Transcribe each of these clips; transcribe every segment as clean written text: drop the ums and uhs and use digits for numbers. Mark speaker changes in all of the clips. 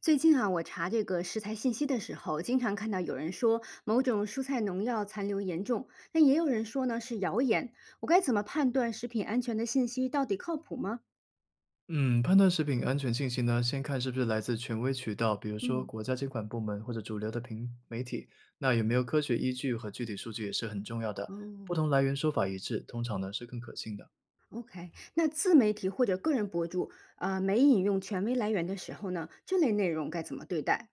Speaker 1: 最近啊，我查这个食材信息的时候，经常看到有人说某种蔬菜农药残留严重，但也有人说呢是谣言。我该怎么判断食品安全的信息到底靠谱吗？
Speaker 2: 嗯，判断食品安全信息呢，先看是不是来自权威渠道，比如说
Speaker 1: 嗯，
Speaker 2: 国家监管部门或者主流的平媒体。那有没有科学依据和具体数据也是很重要的。不
Speaker 1: 哦
Speaker 2: 同来源说法一致，通常呢是更可信的。
Speaker 1: ，OK，那自媒体或者个人博主，没引用权威来源的时候呢，这类内容该怎么对待？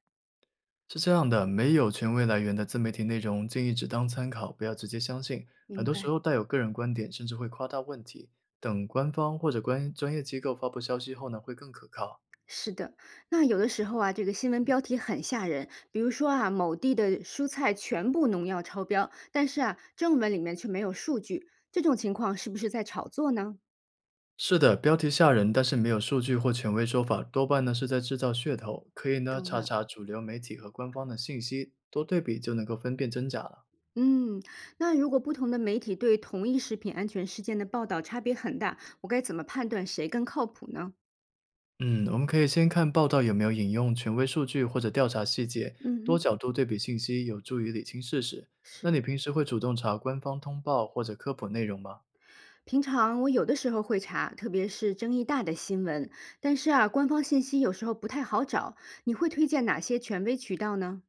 Speaker 2: 是这样的，没有权威来源的自媒体内容，建议只当参考，不要直接相信。很
Speaker 1: 明
Speaker 2: 多时
Speaker 1: 白。
Speaker 2: 候带有个人观点，甚至会夸大问题。等官方或者关专业机构发布消息后呢，会更可靠。
Speaker 1: 是的，那有的时候啊，这个新闻标题很吓人，比如说啊，某地的蔬菜全部农药超标，但是啊，正文里面却没有数据，这种情况是不是在炒作呢？
Speaker 2: 是的，标题吓人，但是没有数据或权威说法，多半呢是在制造噱头。可以呢
Speaker 1: 懂
Speaker 2: 查
Speaker 1: 了，
Speaker 2: 查主流媒体和官方的信息，多对比就能够分辨真假了。
Speaker 1: 嗯，那如果不同的媒体对同一食品安全事件的报道差别很大，我该怎么判断谁更靠谱呢？
Speaker 2: 嗯，我们可以先看报道有没有引用权威数据或者调查细节，
Speaker 1: 嗯
Speaker 2: 多
Speaker 1: 哼，
Speaker 2: 角度对比信息有助于理清事实。那
Speaker 1: 是，
Speaker 2: 你平时会主动查官方通报或者科普内容吗？
Speaker 1: 平常我有的时候会查，特别是争议大的新闻，但是啊，官方信息有时候不太好找，你会推荐哪些权威渠道呢？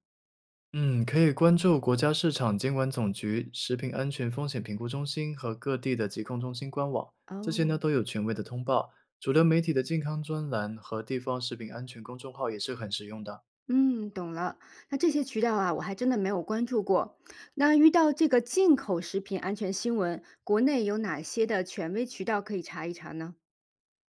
Speaker 2: 嗯，可以关注国家市场监管总局、食品安全风险评估中心和各地的疾控中心官网，这些
Speaker 1: 哦。
Speaker 2: 呢都有权威的通报。主流媒体的健康专栏和地方食品安全公众号也是很实用的。
Speaker 1: 嗯，懂了。那这些渠道啊，我还真的没有关注过。那遇到这个进口食品安全新闻，国内有哪些的权威渠道可以查一查呢？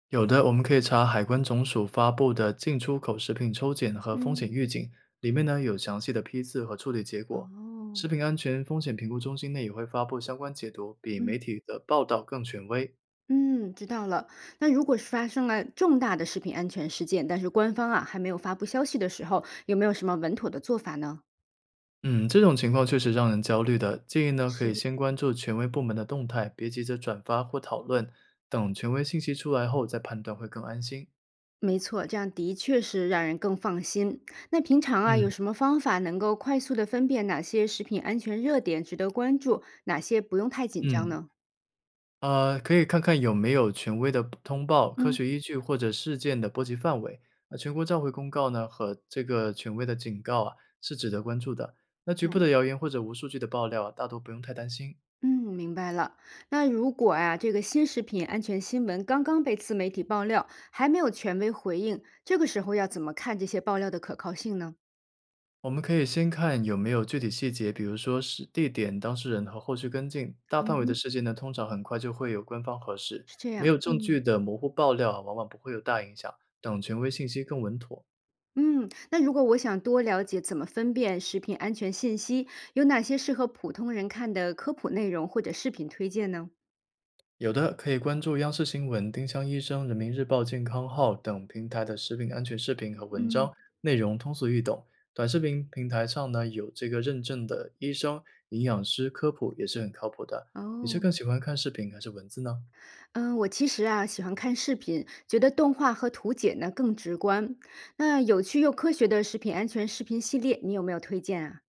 Speaker 2: 有的我们可以查海关总署发布的进出口食品抽检和风
Speaker 1: 嗯，
Speaker 2: 险预警，里面呢有详细的批次和处理结果。食
Speaker 1: 哦，
Speaker 2: 品安全风险评估中心呢也会发布相关解读，比媒
Speaker 1: 嗯
Speaker 2: 体的报道更权威。
Speaker 1: 嗯，知道了。那如果是发生了重大的食品安全事件，但是官方啊还没有发布消息的时候，有没有什么稳妥的做法呢？
Speaker 2: 嗯，这种情况确实让人焦虑的。建议呢，可以
Speaker 1: 是
Speaker 2: 先关注权威部门的动态，别急着转发或讨论，等权威信息出来后再判断会更安心。
Speaker 1: 没错，这样的确是让人更放心。那平常啊，有
Speaker 2: 嗯，
Speaker 1: 什么方法能够快速的分辨哪些食品安全热点值得关注，哪些不用太紧张
Speaker 2: 嗯，
Speaker 1: 呢？
Speaker 2: 可以看看有没有权威的通报、科
Speaker 1: 嗯，
Speaker 2: 学依据或者事件的波及范围。那全国召回公告呢和这个权威的警告啊，是值得关注的。那局部
Speaker 1: 懂，
Speaker 2: 的谣言或者无数据的爆料啊，大多不用太担心。
Speaker 1: 嗯，明白了。那如果啊，这个新食品安全新闻刚刚被自媒体爆料，还没有权威回应，这个时候要怎么看这些爆料的可靠性呢？
Speaker 2: 我们可以先看有没有具体细节，比如说是地点、当事人和后续跟进。大
Speaker 1: 嗯
Speaker 2: 范围的
Speaker 1: 哼，
Speaker 2: 事件呢，通常很快就会有官方核实，
Speaker 1: 是这
Speaker 2: 没
Speaker 1: 样，
Speaker 2: 有证
Speaker 1: 嗯。
Speaker 2: 据的模糊爆料啊，往往不会有大影响。等权威信息更稳妥，
Speaker 1: 嗯，那如果我想多了解怎么分辨食品安全信息，有哪些适合普通人看的科普内容或者视频推荐呢？
Speaker 2: 有的可以关注央视新闻、丁香医生、人民日报健康号等平台的食品安全视频和文章，
Speaker 1: 嗯，
Speaker 2: 内容通俗易懂。短视频平台上呢，有这个认证的医生、营养师科普也是很靠谱的。你是
Speaker 1: 哦，
Speaker 2: 更喜欢看视频还是文字呢？
Speaker 1: 嗯，我其实啊喜欢看视频，觉得动画和图解呢更直观。那有趣又科学的食品安全视频系列，你有没有推荐啊？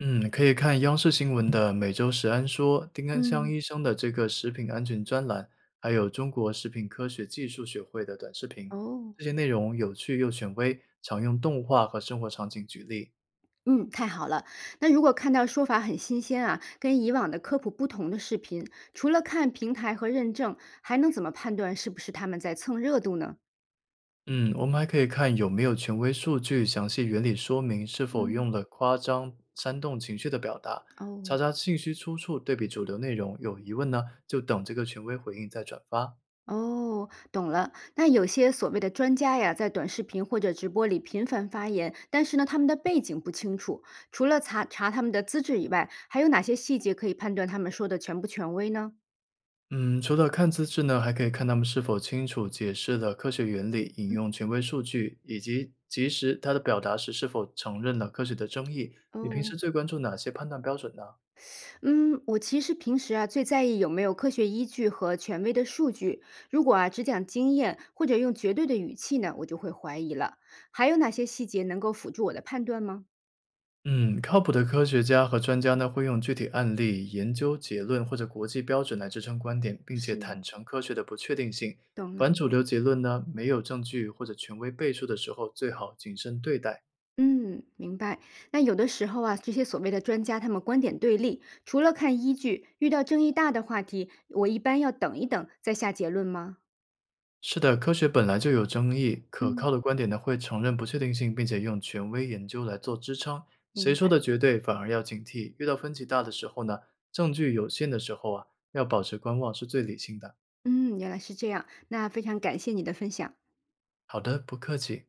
Speaker 2: 嗯，可以看央视新闻的《每周食安说》、丁安香
Speaker 1: 嗯，
Speaker 2: 医生的这个食品安全专栏，还有中国食品科学技术学会的短视频，
Speaker 1: 哦，
Speaker 2: 这些内容有趣又权威，常用动画和生活场景举例。
Speaker 1: 嗯，太好了。那如果看到说法很新鲜啊，跟以往的科普不同的视频，除了看平台和认证，还能怎么判断是不是他们在蹭热度呢？
Speaker 2: 嗯，我们还可以看有没有权威数据，详细原理说明是否
Speaker 1: 嗯，
Speaker 2: 用了夸张、煽动情绪的表达，查
Speaker 1: 哦，
Speaker 2: 查信息出处，对比主流内容。有疑问呢，就等这个权威回应再转发。
Speaker 1: 哦，懂了。那有些所谓的专家呀，在短视频或者直播里频繁发言，但是呢，他们的背景不清楚。除了查查他们的资质以外，还有哪些细节可以判断他们说的全不权威呢？
Speaker 2: 嗯，除了看资质呢，还可以看他们是否清楚解释了科学原理、引用权威数据，以及及时他的表达时是否承认了科学的争议。你平时
Speaker 1: 哦，
Speaker 2: 最关注哪些判断标准呢？
Speaker 1: 嗯，我其实平时啊，最在意有没有科学依据和权威的数据。如果啊，只讲经验或者用绝对的语气呢，我就会怀疑了。还有哪些细节能够辅助我的判断吗？
Speaker 2: 嗯，靠谱的科学家和专家呢，会用具体案例、研究结论或者国际标准来支撑观点，并且坦
Speaker 1: 是，
Speaker 2: 诚科学的不确定性。
Speaker 1: 懂了。
Speaker 2: 反主流结论呢，没有证据或者权威背书的时候，最好谨慎对待。
Speaker 1: 嗯，明白。那有的时候啊，这些所谓的专家，他们观点对立，除了看依据，遇到争议大的话题，我一般要等一等再下结论吗？
Speaker 2: 是的，科学本来就有争议，可
Speaker 1: 嗯，
Speaker 2: 靠的嗯观点呢会承认不确定性，并且用权威研究来做支撑。谁
Speaker 1: 明
Speaker 2: 说
Speaker 1: 白。
Speaker 2: 的绝对，反而要警惕。遇到分歧大的时候呢，证据有限的时候啊，要保持观望是最理性的。
Speaker 1: 嗯，原来是这样。那非常感谢你的分享。
Speaker 2: 好的，不客气。